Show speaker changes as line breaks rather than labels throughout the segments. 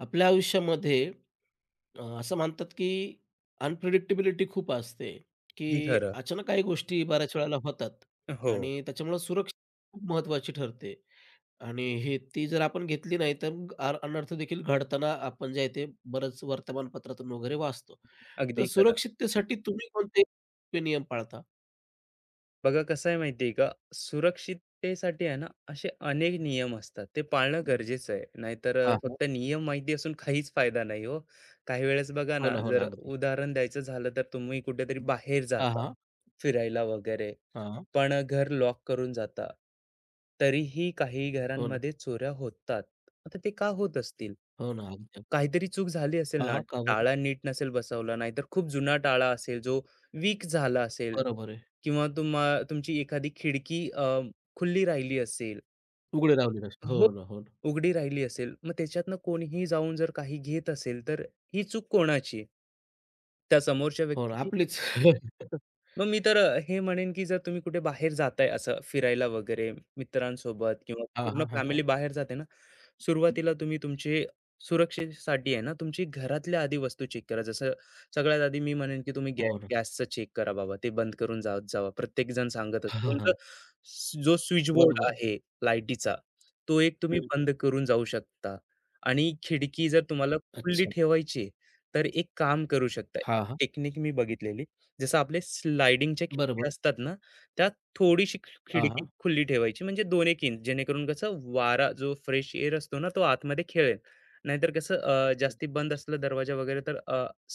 आपल्या आयुष्यामध्ये असं म्हणतात की अनप्रिडिक्टेबिलिटी खूप असते,
अगदी
की
खरं.
अचानक काही गोष्टी बऱ्याच वेळेला होतात
हो,
आणि त्याच्यामुळं सुरक्षा खूप महत्त्वाची ठरते आणि हे ती जर आपण घेतली नाही, तर मग अनर्थ देखील घडताना आपण जे आहे ते बरंच वर्तमानपत्रातून वगैरे वाचतो. तर
अगदी खरं.
सुरक्षिततेसाठी तुम्ही कोणते सोपे नियम पाळता?
बघा कसं आहे माहिती आहे का? सुरक्षिततेसाठी आहे ना असे अनेक नियम असतात, ते पाळणं गरजेचं आहे. नाहीतर
हां, हां.
फक्त नियम माहिती असून काहीच फायदा नाही हो. काही वेळेस बघा
हो
ना,
ना, हो ना.
जर
अगदी.
उदाहरण द्यायचं झालं तर तुम्ही कुठेतरी बाहेर
हां,
जाता,
हां.
फिरायला वगैरे,
हां,
पण घर लॉक करून जाता, तरीही काही
हो ना,
घरांमध्ये चोऱ्या होतात. आता ते का होत असतील?
हो ना. अगदी.
काहीतरी चूक झाली असेल
हां,
ना.
हां. का बरं?
टाळा नीट नसेल बसवला, नाहीतर खूप जुना टाळा असेल जो वीक झाला असेल,
बरोबर आहे.
किंवा तुमची एखादी खिडकी खुली राहिली असेल.
उघडे राहिली नसते.
हो,
हो ना, हो ना.
उघडी राहिली असेल, मग त्याच्यातनं कोणीही जाऊन जर काही घेत असेल, तर ही चूक कोणाची आहे? त्या समोरच्या
हो ना,
व्यक्तीची?
आपलीच.
मग मी तर हे म्हणेन, की जर तुम्ही कुठे बाहेर जाताय असं फिरायला वगैरे, मित्रांसोबत किंवा
हां,
पूर्ण
हां, हां, हां.
फॅमिली बाहेर जाते ना, सुरुवातीला तुम्ही तुमची सुरक्षेसाठी आहे ना, तुमची घरातल्या आधी वस्तू चेक करा. जसं सगळ्यात आधी मी म्हणेन, की तुम्ही गॅ
हो ना.
गॅसचं चेक करा बाबा. ते बंद करून जात जावा. प्रत्येकजण सांगत
हां,
असतो.
हां,
तुमचा
हां.
जो स्विच बोर्ड
बरोबर आहे.
आहे लाईटीचा, तो एक तुम्ही
हं.
बंद करून जाऊ शकता. आणि खिडकी जर तुम्हाला खुली
अच्छा.
ठेवायची तर एक काम करू शकता.
हां, हां.
टेक्निक मी बघितलेली. जसं आपले स्लायडिंगच्या खिडक्या
बरोबर.
असतात ना, त्या थोडीशी
हां,
खिडकी
हां.
खुली ठेवायची, म्हणजे 2 एक इंच, जेणेकरून कसं वारा जो फ्रेश एअर असतो ना, तो आतमध्ये खेळेल. नाहीतर कसं जास्ती बंद असलं दरवाजा वगैरे तर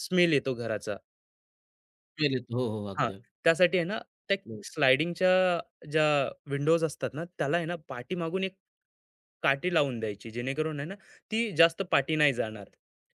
स्मेल येतो घराचा.
वेळेत. हो, हो.
हां,
अगदी, अगदी.
त्यासाठी आहे ना, त्या
हो.
स्लायडिंगच्या ज्या विंडोज असतात ना, त्याला आहे ना पाठीमागून एक काठी लावून द्यायची, जेणेकरून आहे ना, ती जास्त पाठी नाही जाणार.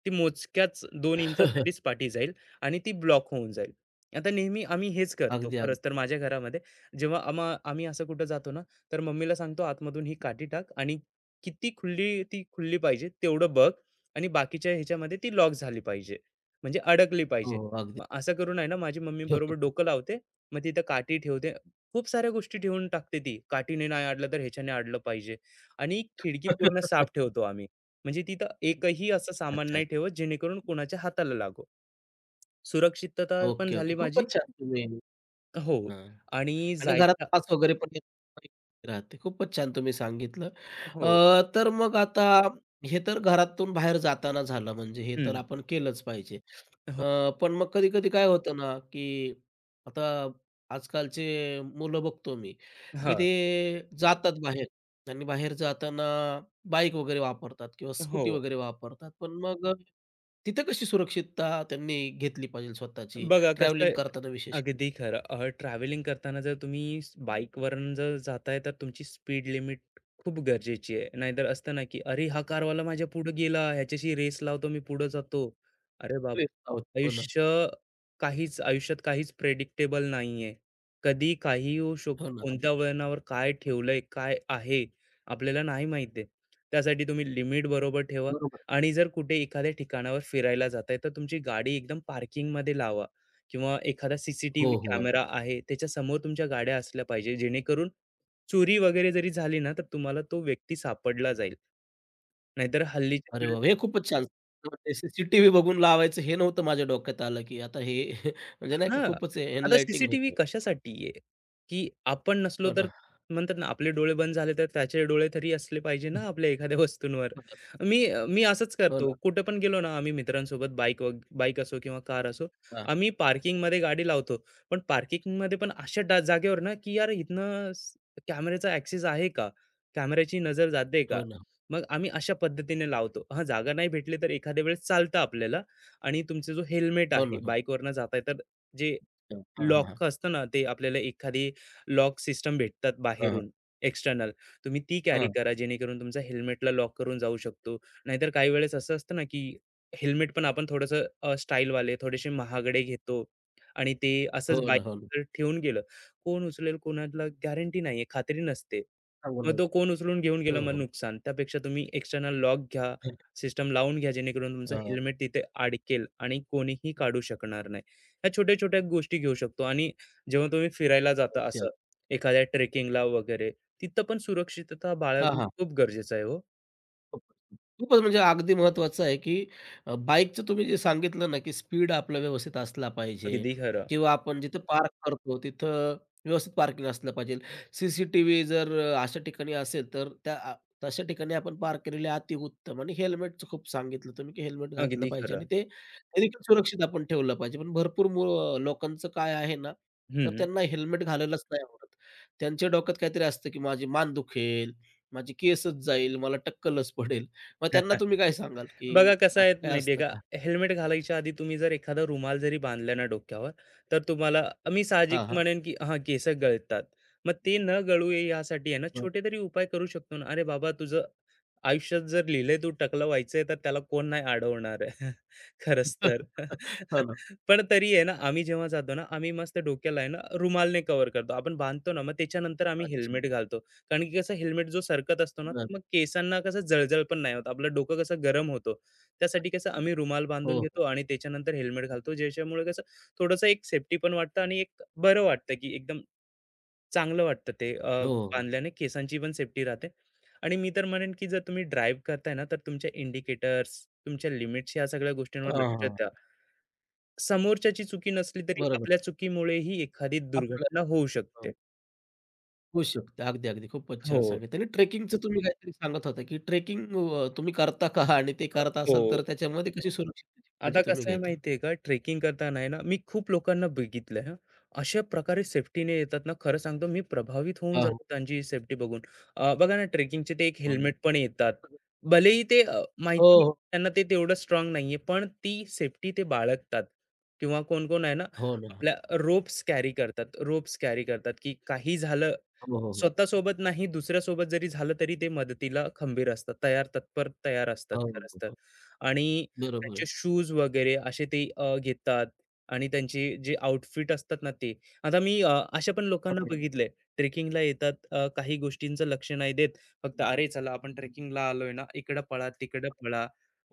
ती मोजक्याच 2 इंचासाठीच पाठी जाईल आणि ती ब्लॉक होऊन जाईल. आता नेहमी आम्ही हेच करतो
अगदी, अगदी.
खरंच तर, माझ्या घरामध्ये जेव्हा आम्ही असं कुठं जातो ना, तर मम्मीला सांगतो, आतमधून ही काठी टाक आणि किती खुली ती खुलली पाहिजे तेवढं बघ, आणि बाकीच्या ह्याच्यामध्ये ती लॉक झाली पाहिजे. म्हणजे अडकली
हो,
पाहिजे.
हो. अगदी.
मग असं करून आहे ना, माझी मम्मी बरोबर डोकं लावते. मग तिथं काठी ठेवते. खूप साऱ्या गोष्टी ठेवून टाकते ती. काठीने नाही अडलं तर ह्याच्याने अडलं पाहिजे. आणि खिडकी पूर्ण साफ ठेवतो आम्ही. म्हणजे तिथं एकही असं सामान
अच्छा, अच्छा.
नाही ठेवत, जेणेकरून कोणाच्या हाताला लागो. सुरक्षितता पण
ओके, ओके.
झाली माझी.
खूपच छान तुम्ही
हो.
हां.
आणि
आणि घरात
जायच्या
वास वगैरे पण येत नाही राहते. खूपच छान तुम्ही सांगितलं. अ,
हो.
तर मग आता हे तर घरातून बाहेर जाताना झालं म्हणजे हे तर
हं.
आपण केलंच पाहिजे.
हो.
पण मग कधी-कधी काय होतं ना, की आता आजकालचे मुलं बघतो मी, की
हां.
ते जातात बाहेर आणि बाहेर जाताना बाईक वगैरे वापरतात किंवा
हो.
स्कूटी वगैरे वापरतात. पण मग तिथं कशी सुरक्षितता त्यांनी घेतली पाहिजे स्वतःची
बघा कसं
ट्रॅव्हलिंग
आहे.
करताना विशेष?
अगदी खरं. ट्रॅव्हलिंग करताना जर तुम्ही बाईकवरून जर जाताय तर तुमची स्पीड लिमिट खूप गरजेची आहे. नाहीतर असतं ना, की "अरे, हा कारवाला माझ्या पुढे गेला, ह्याच्याशी रेस लावतो, मी पुढे जातो." अरे बाप!
करून? हो ना,
आयुष्य काहीच, आयुष्यात काहीच प्रेडिक्टेबल नाहीये. कधी काहीही होऊ
हो
शकतो.
ना.
कोणत्या वळणावर काय ठेवलंय, काय आहे, आपल्याला नाही माहिती आहे. त्यासाठी तुम्ही लिमिट बरोबर ठेवा
बरोबर.
आणि जर कुठे एखाद्या ठिकाणावर फिरायला जाताय, तर तुमची गाडी एकदम पार्किंगमध्ये लावा, किंवा एखादा सीसीटीव्ही
हो, हो.
कॅमेरा आहे, त्याच्यासमोर तुमच्या गाड्या असल्या पाहिजे. जेणेकरून चोरी वगैरे जरी झाली ना, तर तुम्हाला तो व्यक्ती सापडला जाईल. नाहीतर हल्लीच्या.
अरे वाह! हे खूपच छान. सीसीटीव्ही बघून लावायचं हे नव्हतं माझ्या डोक्यात आलं, की आता हे म्हणजे नाही का
हां.
खूपच
आता
एनलाइटिंग
सीसीटीव्ही
होतं.
कशासाठी आहे? की आपण नसलो
हो
तर,
ना.
म्हणतात ना, आपले डोळे बंद झाले तर त्याचे डोळे तरी असले पाहिजे ना आपल्या एखाद्या वस्तूंवर. मी मी असंच
हो
करतो.
ना.
कुठे पण गेलो ना आम्ही मित्रांसोबत, बाईक असो किंवा कार असो,
हां.
आम्ही पार्किंगमध्ये गाडी लावतो. पण पार्किंगमध्ये पण अशा जागेवर ना, की यार इथनं कॅमेऱ्याचा ॲक्सेस आहे का? कॅमेऱ्याची नजर जाते का?
हो ना.
मग आम्ही अशा पद्धतीने लावतो. हां, जागा नाही भेटली तर एखाद्या वेळेस चालतं आपल्याला. आणि तुमचं जो हेल्मेट
हो ना.
आहे,
हो
बाईकवरनं जाताय तर जे
ना. हां, हां, हां.
लॉक असतं ना, ते आपल्याला एखादी लॉक सिस्टम भेटतात
हां, हां.
बाहेरून, एक्स्टर्नल. तुम्ही ती कॅरी
हां.
करा, जेणेकरून तुमचा हेल्मेटला लॉक करून जाऊ शकतो. नाहीतर काही वेळेस असं असतं ना, की हेल्मेट पण आपण थोडंसं स्टाईलवाले थोडेसे महागडे घेतो आणि ते असंच
हो ना, हो ना.
बाईकवर ठेवून गेलं. कोण उचलेल कोणाला गॅरंटी नाहीये, खात्री नसते.
चांगलं
मग तो
आहे.
कोण उचलून घेऊन गेला
हो,
मग
हो.
नुकसान. त्यापेक्षा तुम्ही एक्स्टर्नल लॉक घ्या,
हां.
सिस्टम लावून घ्या, जेणेकरून तुमचं
हां.
हेल्मेट तिथे अडकेल आणि कोणीही काढू शकणार नाही. ह्या छोट्या-छोट्या गोष्टी घेऊ शकतो. आणि जेव्हा तुम्ही फिरायला जाता
त्यात.
असं एखाद्या ट्रेकिंगला वगैरे, तिथं पण सुरक्षितता
हां,
बाळगणं
हां.
खूप गरजेचं आहे हो.
खूपच खूपच म्हणजे अगदी महत्त्वाचं आहे, की बाईकचं तुम्ही जे सांगितलं ना, की स्पीड आपला व्यवस्थित असला पाहिजे
अगदी खरं,
किंवा आपण जिथं पार्क करतो तिथं व्यवस्थित पार्किंग असलं पाहिजे. CCTV जर अशा ठिकाणी असेल तर त्या तशा ठिकाणी आपण पार्क केलेले अतिउत्तम आणि हेल्मेटचं खूप सांगितलं तुम्ही, की हेल्मेट घातलं
अगदी
पाहिजे आणि
खरं.
ते ते देखील सुरक्षित आपण ठेवलं पाहिजे. पण भरपूर लोकांचं काय आहे ना, तर
हं.
त्यांना हेल्मेट घालायलाच नाही आवडत. त्यांच्या डोक्यात काहीतरी असतं, की माझी मान दुखेल माझी केसच जाईल, मला टक्कलच पडेल. मग त्यांना तुम्ही काय सांगाल,
बघा
की
कसं आहे
असं काय
माहिती
असतं
का,
का?
हेल्मेट घालायच्या आधी तुम्ही जर एखादा रुमाल जरी बांधला ना डोक्यावर, तर तुम्हाला मी साहजिक
हां, हां.
म्हणेन की हां, केस गळतात. मग ते न गळू यासाठी आहे ना
हं.
छोटे तरी उपाय करू शकतो ना. "अरे बाबा, तुझं आयुष्यात जर लिहिलंय तू टकलं व्हायचंय तर त्याला कोण नाही अडवणार आहे." खरंच तर.
हो ना.
पण तरी आहे ना, आम्ही जेव्हा जातो ना, आम्ही मस्त डोक्याला आहे ना रुमालने कव्हर करतो. आपण बांधतो ना, मग त्याच्यानंतर आम्ही
अच्छा.
हेल्मेट घालतो. कारण की कसं, हेल्मेट जो सरकत असतो ना,
बरं.
मग केसांना कसं जळजळ पण नाही होत. आपलं डोकं कसं गरम होतं. त्यासाठी कसं आम्ही रुमाल बांधून
हो, हो.
घेतो आणि त्याच्यानंतर हेल्मेट घालतो. ज्याच्यामुळे कसं थोडंसं एक सेफ्टी पण वाटतं आणि एक बरं वाटतं, की एकदम चांगलं वाटतं ते
हो, हो.
बांधल्याने केसांची पण सेफ्टी राहते. आणि मी तर म्हणेन, की जर तुम्ही ड्राईव्ह करताय ना, तर तुमच्या इंडिकेटर्स, तुमच्या लिमिट्स, ह्या सगळ्या गोष्टींवर
हां,
लक्ष
हां.
द्या. समोरच्याची चुकी नसली तरी
बरोबर.
आपल्या चुकीमुळेही एखादी
आपलं
दुर्घटना होऊ
हं.
शकते.
होऊ शकतं. अगदी, अगदी. खूपच छान
हो.
सांगितलं आणि ट्रेकिंगचं तुम्ही काहीतरी सांगत होता, की ट्रेकिंग तुम्ही करता का? आणि ते
अ,
करत असाल तर
हो.
त्याच्यामध्ये कशी सुरक्षिततेची काळजी
आता
तुम्ही
कसं आहे
घेता?
माहिती का, ट्रेकिंग करताना आहे ना, मी खूप लोकांना बघितलंय हां. अशा प्रकारे सेफ्टीने येतात ना, खरं सांगतो मी प्रभावित होऊन
हां, हां.
जातो त्यांची सेफ्टी बघून. बघा ना, ट्रेकिंगचे ते एक हेल्मेट पण येतात.
हो ना.
भलेही ते
हो,
माहिती
हो.
त्यांना ते तेवढं स्ट्राँग नाहीये, पण ती सेफ्टी ते बाळगतात. किंवा कोण-कोण आहे ना,
हो ना.
आपल्या रोप्स कॅरी करतात. रोप्स कॅरी करतात, की काही झालं
हो, हो, हो.
स्वतःसोबत नाही दुसऱ्यासोबत जरी झालं तरी ते मदतीला खंबीर असतात. तयार तत्पर तयार असतात
हो, हो.
खरंच तर.
हो.
आणि
बरोबर
त्यांचे
आहे.
शूज वगैरे असे ते घेतात आणि त्यांची जे आउटफिट असतात ना ते. आता मी अशा पण लोकांना
हं,
बघितलंय, ट्रेकिंगला येतात, काही गोष्टींचं लक्ष नाही देत. फक्त "अरे चला आपण ट्रेकिंगला आलोय ना, इकडं पळा, तिकडं पळा."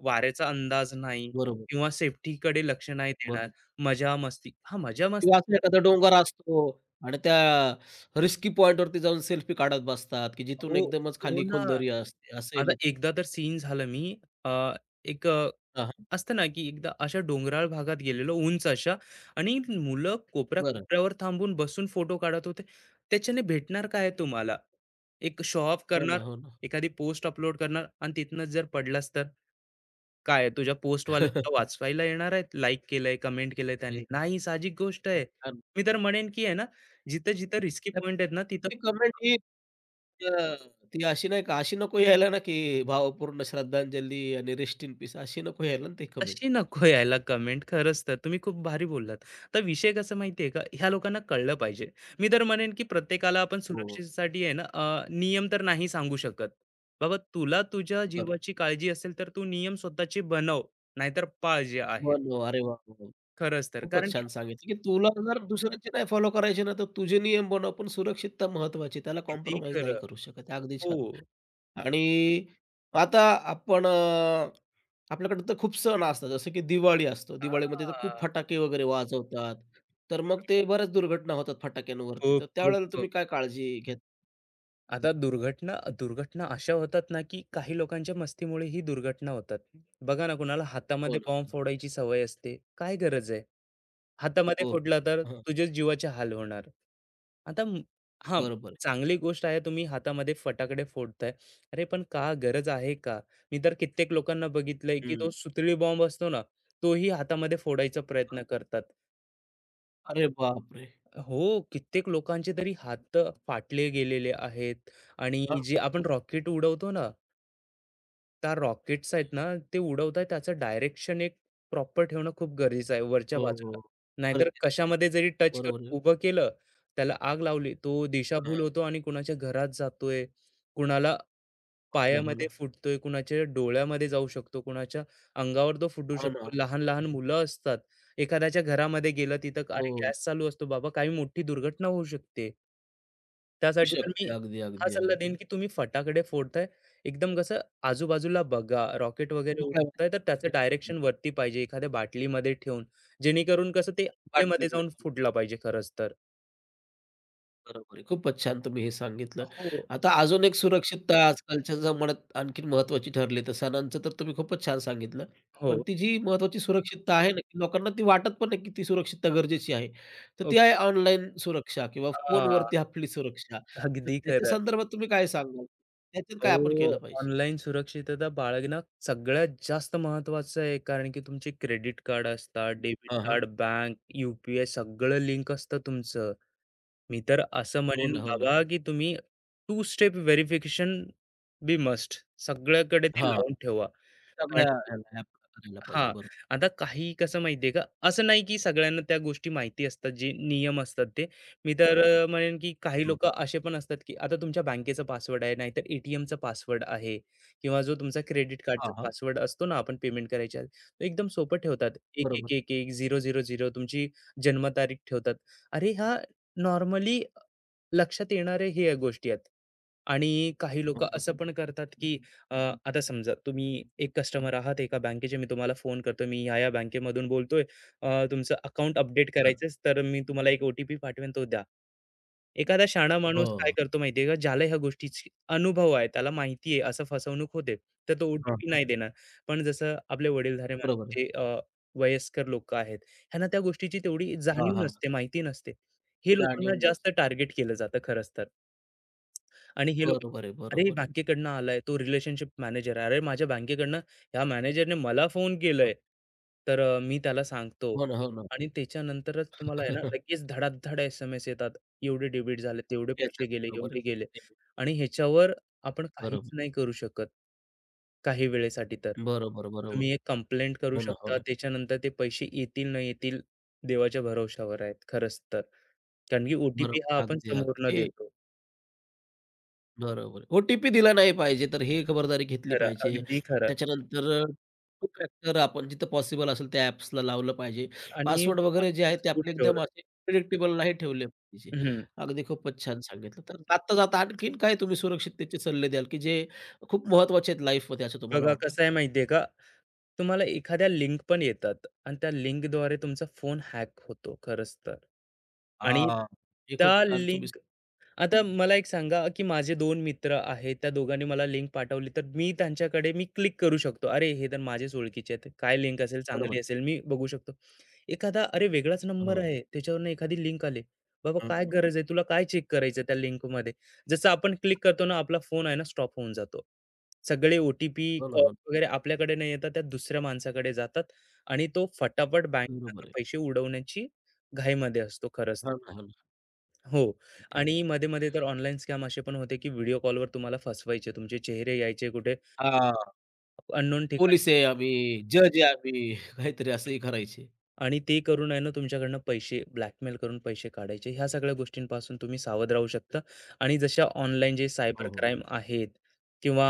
वाऱ्याचा अंदाज नाही
बरोबर.
किंवा सेफ्टीकडे लक्ष नाही देणार.
बरं.
मजा-मस्ती, हां,
किंवा असा
मजा-मस्ती.
एखादा डोंगर असतो आणि त्या रिस्की पॉइंटवरती जाऊन सेल्फी काढत बसतात, की जिथून
हो,
एकदमच
हो
खाली
ना.
खोल दरी असते. असे
आता
लोक
एकदा तर सीन झालं मी अ, एक
हां, हां.
असतं ना, की एकदा अशा डोंगराळ भागात गेलेलो, उंच अशा, आणि मुलं
बरं.
कोपऱ्या-कोपऱ्यावर थांबून बसून फोटो काढत होते. त्याच्याने भेटणार काय आहे तुम्हाला? एक शो ऑफ
हो ना,
करणार,
हो ना.
एखादी पोस्ट अपलोड करणार, आणि तिथनं जर पडलास तर काय आहे? तुझ्या पोस्टवाले तुला वाचवायला येणार आहेत? लाईक केलंय, कमेंट केलंय त्यांनी.
नाही,
नाही, साहजिक गोष्ट आहे.
खूप छान.
मी तर म्हणेन, की आहे ना, जिथं-जिथं रिस्की
तर
पॉइंट
ती
आहेत ना, तिथं फोटो,
कमेंट ही अ, ती अशी नाही का, अशी नको यायला ना, की भावपूर्ण श्रद्धांजली आणि रेस्ट इन पीस अशी नको यायला ना ती
तशी
कमेंट.
नको यायला कमेंट. खरंच तर तुम्ही खूप भारी बोललात. तर विषय कसा माहिती आहे का, ह्या लोकांना कळलं पाहिजे. मी तर म्हणेन की प्रत्येकाला आपण
हो,
सुरक्षेसाठी आहे ना, नियम तर नाही सांगू शकत. बाबा, तुला तुझ्या
बरं.
जीवाची काळजी असेल तर तू नियम स्वतःचे बनव, नाहीतर पाळ जे आहेत.
बनव. अरे वाह! वाह!
खरंच तर,
खूपच
कारण की
छान सांगितलं, की तुला जर दुसऱ्यांचे नाही फॉलो करायचे ना, तर तुझे नियम बनव, पण सुरक्षितता महत्त्वाची. त्याला
अगदी
कॉम्प्रोमाईज नाही
खरं.
करू शकत. अगदी
हो.
छान. आणि आता आपण आपल्याकडे तर खूप सण असतात, जसं की दिवाळी असतो. दिवाळीमध्ये तर खूप
हां.
फटाके वगैरे वाजवतात. तर मग ते बऱ्याच दुर्घटना होतात फटाक्यांवरती.
खूप,
तर त्यावेळेला
खूप.
तुम्ही काय काळजी घेता?
आता दुर्घटना दुर्घटना अशा होतात ना, की काही लोकांच्या मस्तीमुळे ही दुर्घटना होतात. बघा ना, कुणाला
हो
हातामध्ये
ना.
बॉम्ब फोडायची सवय असते. काय गरज आहे? हातामध्ये
हो, हो.
फोडला तर
हां,
तुझ्याच जीवाचे हाल होणार. आता म हां,
बरोबर आहे.
चांगली गोष्ट आहे तुम्ही हातामध्ये फटाकडे फोडताय. अरे पण का गरज आहे का? मी तर कित्येक लोकांना बघितलंय, की तो
हं.
सुतळी बॉम्ब असतो ना, तोही हातामध्ये फोडायचा
अ,
प्रयत्न करतात.
अरे बापरे!
हो, कित्येक लोकांचे तरी हात फाटले गेलेले आहेत. आणि
हां.
जे आपण रॉकेट उडवतो ना, त्या रॉकेट्स आहेत ना, ते उडवताय त्याचं डायरेक्शन एक प्रॉपर ठेवणं खूप गरजेचं आहे वरच्या
हो,
बाजूला.
हो.
नाहीतर
गरजेचं.
कशामध्ये जरी टच
बरोबर आहे.
करून उभं केलं, त्याला आग लावली, तो दिशाभूल
हां.
होतो आणि कुणाच्या घरात जातोय, कुणाला
हो ना, हो
पायामध्ये
ना.
फुटतोय, कुणाच्या डोळ्यामध्ये जाऊ शकतो, कुणाच्या अंगावर तो फुटू
हो ना.
शकतो. लहान-लहान
अगदी.
मुलं असतात. एखाद्याच्या घरामध्ये गेलं तिथं अरे
हो.
गॅस चालू असतो बाबा, काही मोठी दुर्घटना होऊ शकते.
होऊ
त्यासाठी तर मी
शकते. अगदी,
हा
अगदी,
सल्ला देईन,
अगदी.
की तुम्ही फटाकडे फोडताय, एकदम कसं आजूबाजूला बघा. रॉकेट वगैरे
तू काय म्हणते?
उडतंय तर त्याचं डायरेक्शन वरती पाहिजे, एखाद्या बाटलीमध्ये ठेवून, जेणेकरून कसं ते हवेमध्ये जाऊन
बाटलीमध्ये
फुटला पाहिजे खरंच तर.
बरोबर आहे. खूपच छान तुम्ही हे सांगितलं.
हो,
आता अजून एक सुरक्षितता आजकालच्या जमान्यात आणखीन महत्त्वाची ठरली. तर सणांचं तर तुम्ही खूपच छान सांगितलं. पण
हो.
ती जी महत्त्वाची सुरक्षितता आहे ना, की लोकांना ती वाटत पण नाही, की ती सुरक्षितता गरजेची आहे. तर ती आहे
ओके.
ऑनलाईन सुरक्षा किंवा
हां,
फोनवरती आपली सुरक्षा. तर
अगदी
त्याच्या
खरं.
संदर्भात तुम्ही काय सांगाल? त्याच्यात काय आपण केलं
हो,
पाहिजे?
ऑनलाईन सुरक्षितता बाळगणं सगळ्यात जास्त महत्त्वाचं आहे. कारण की तुमचे क्रेडिट कार्ड असतात, डेबिट
हां, हां.
कार्ड, बँक, यू पी सगळं लिंक असतं तुमचं. मी तर असं
हो
म्हणेन
ना, हो ना.
बाबा, की तुम्ही two step verification be must सगळ्याकडे ते
हां.
लावून ठेवा.
सगळ्या
कारण
ह्याला ॲपला करायला पाहिजे.
हां.
बरोबर,
आता काही कसं माहितीये का, असं नाही की सगळ्यांना त्या गोष्टी माहिती असतात, जे नियम असतात ते. मी तर
बरोबर.
म्हणेन की काही
हं, हं.
लोकं असे पण असतात, की आता तुमच्या बँकेचा पासवर्ड आहे, नाहीतर पासवर्ड आहे, किंवा जो तुमचा क्रेडिट कार्डचा
हां, हां.
पासवर्ड असतो ना, आपण पेमेंट करायच्या आधी, तो एकदम सोपं ठेवतात.
बरोबर.
1111, 000, तुमची जन्मतारीख ठेवतात. अरे, हा नॉर्मली लक्षात येणाऱ्या ह्या गोष्टी आहेत. आणि काही
हो,
लोकं
हो.
असं पण करतात, की अ, आता समजा तुम्ही एक कस्टमर आहात एका बँकेचे. मी तुम्हाला फोन करतो, मी ह्या-ह्या बँकेमधून बोलतोय. तुमचं अकाउंट अपडेट
तर
करायचंच, तर मी तुम्हाला एक ओ-टी-पी पाठवेन, तो द्या. एखादा शाणा
हो.
माणूस काय करतो माहितीये का? ज्याला ह्या गोष्टीची अनुभव आहे, त्याला माहिती आहे असं फसवणूक होते, तर तो
हां,
ओ-टी-पी
हां.
नाही देणार. पण जसं आपले वडीलधारे
बरोबर
माणसं
आहे.
जे वयस्कर लोकं आहेत, ह्यांना त्या गोष्टीची तेवढी
हां,
जाणीव
हां.
नसते, माहिती नसते. हे लोकांना
जाणीव
जास्त
नसते.
टार्गेट केलं जातं खरंच तर. आणि हे लोकं,
बरोबर आहे,
"अरे,
बरोबर आहे.
बँकेकडनं आलाय, तो रिलेशनशिप मॅनेजर आहे. अरे, माझ्या बँकेकडनं ह्या मॅनेजरने मला फोन
हो,
केलाय, तर मी त्याला सांगतो."
हो ना, हो ना.
आणि त्याच्यानंतरच तुम्हाला आहे ना, लगेच धडाधड एस-एम-एस येतात. एवढे डेबिट झाले, तेवढे पैसे
याच्यात
गेले,
बरोबर आहे.
एवढे गेले,
ते
आणि ह्याच्यावर आपण काहीच
बरोबर.
नाही करू शकत. काही वेळेसाठी तर.
बरोबर, बरोबर.
तुम्ही एक कंप्लेंट करू
हो ना, हो
शकता.
ना.
त्याच्यानंतर ते पैसे येतील, नाही येतील, देवाच्या भरवशावर आहेत खरंच तर. कारण की ओ टी हा
बरोबर.
आपण
अगदी, अगदी.
समोरनं
हे
देतो.
बरोबर OTP दिला नाही पाहिजे, तर हे खबरदारी घेतली
खरं,
पाहिजे.
अगदी खरं,
त्याच्यानंतर टू फॅक्टर आपण जिथं पॉसिबल असेल त्या ॲप्सला लावलं पाहिजे.
आणि
पासवर्ड वगैरे जे आहेत ते
पासबुक
आपले
ठेवलं.
एकदम असे प्रिडिक्टेबल नाही ठेवले पाहिजे.
हं.
अगदी खूपच छान सांगितलं. तर जाता-जाता आणखीन काय तुम्ही सुरक्षिततेचे सल्ले द्याल, की जे खूप महत्त्वाचे आहेत लाईफमध्ये असं तुम्हाला
बघा
वाटतं?
कसं आहे माहिती का? तुम्हाला एखाद्या लिंक पण येतात आणि त्या लिंकद्वारे तुमचा फोन हॅक होतो खरंच तर. आणि
हां. हे खूप
त्या
छान तुम्ही
लिंक आता मला एक सांगा, की माझे दोन मित्र आहेत, त्या दोघांनी मला लिंक पाठवली तर मी त्यांच्याकडे मी क्लिक करू शकतो, अरे हे तर माझेच ओळखीचे आहेत, काय लिंक असेल
बरोबर.
चांगली असेल मी बघू शकतो. एखादा अरे, वेगळाच नंबर
हो.
आहे त्याच्यावरनं एखादी लिंक आली, बाबा
हं,
काय गरज आहे तुला काय चेक करायचं त्या लिंकमध्ये? जसं आपण क्लिक करतो ना, आपला फोन आहे ना स्टॉप होऊन जातो, सगळे
हो ना,
कॉल
हो ना.
वगैरे आपल्याकडे नाही येतात, त्या दुसऱ्या माणसाकडे जातात, आणि तो फटाफट
बरोबर
बँकेत
आहे.
पैसे उडवण्याची घाईमध्ये असतो खरंच तर.
हो ना, हो ना.
हो.
अगदी, अगदी.
आणि मध्ये-मध्ये तर ऑनलाईन स्कॅम असे पण होते, की व्हिडिओ कॉलवर तुम्हाला फसवायचे. तुमचे चेहरे यायचे कुठे
हां.
अननोन ठिकाणी,
पोलिस आहे आम्ही, जज आहे आम्ही, काहीतरी असंही करायचे.
आणि ते करून आहे ना तुमच्याकडनं पैसे ब्लॅकमेल करून पैसे काढायचे. ह्या सगळ्या गोष्टींपासून तुम्ही सावध राहू शकता. आणि जशा ऑनलाईन जे सायबर
हो, हो.
क्राईम आहेत किंवा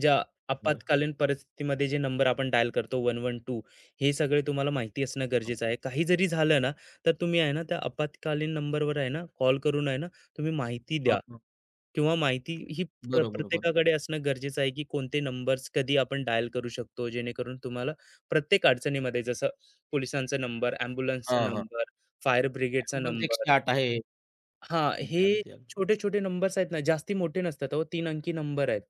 ज्या
बरं.
आपत्कालीन परिस्थितीमध्ये जे नंबर आपण डायल करतो, 112, हे सगळे तुम्हाला माहिती असणं
हां.
गरजेचं आहे. काही जरी झालं ना, तर तुम्ही आहे ना त्या आपत्कालीन नंबरवर आहे ना कॉल करून आहे ना तुम्ही माहिती द्या,
हां,
किंवा माहिती ही
बरोबर, बरोबर.
प्रत्येकाकडे असणं गरजेचं आहे, की कोणते नंबर्स कधी आपण डायल करू शकतो, जेणेकरून तुम्हाला प्रत्येक अडचणीमध्ये, जसं पोलिसांचा नंबर, ॲम्ब्युलन्सचा
हां, हां.
नंबर, फायर ब्रिगेडचा
ॲम्ब्युलन्स
नंबर.
108 आहे.
हां, हे
अगदी, अगदी, अगदी.
छोटे-छोटे नंबर्स आहेत ना, जास्ती मोठे नसतात अहो, तीन अंकी नंबर आहेत.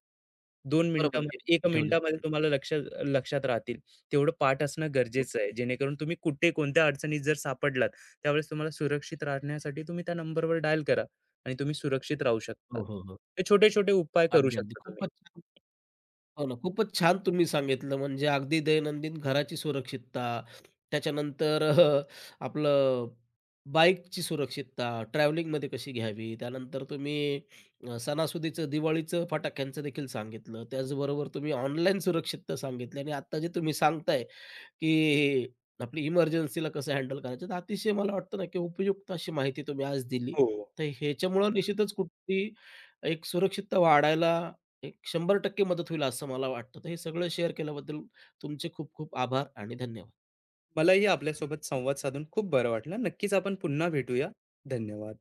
2
बरोबर ते
मिनिटामध्ये, 1
ठेवलेत
मिनिटामध्ये
त्यांनी.
तुम्हाला लक्षात राहतील. तेवढं पाठ असणं गरजेचं आहे. जेणेकरून तुम्ही कुठे, कोणत्या अडचणीत जर सापडलात, त्यावेळेस तुम्हाला सुरक्षित राहण्यासाठी तुम्ही त्या नंबरवर डायल करा आणि तुम्ही सुरक्षित राहू शकता.
हो, हो, हो.
हे छोटे-छोटे उपाय करू
अगदी, अगदी.
शकता तुम्ही.
खूपच छान हो ना. खूपच छान तुम्ही सांगितलं. म्हणजे अगदी दैनंदिन घराची सुरक्षितता, त्याच्यानंतर आपलं बाईकची सुरक्षितता, ट्रॅव्हलिंगमध्ये कशी घ्यावी, त्यानंतर तुम्ही सणासुदीचं, दिवाळीचं, फटाक्यांचं देखील सांगितलं. त्याचबरोबर तुम्ही ऑनलाईन सुरक्षितता सांगितली आणि आत्ता जे तुम्ही सांगताय, की आपली इमर्जन्सीला कसं हँडल करायचं. तर अतिशय मला वाटतं ना, की उपयुक्त अशी माहिती तुम्ही आज दिली.
हो.
तर ह्याच्यामुळं निश्चितच कुठली एक सुरक्षितता वाढायला एक 100% मदत होईल असं मला वाटतं. तर हे सगळं शेअर केल्याबद्दल तुमचे खूप खूप आभार आणि धन्यवाद.
मलाही आपल्यासोबत संवाद साधून खूप बरं वाटलं. नक्कीच आपण पुन्हा भेटूया. धन्यवाद.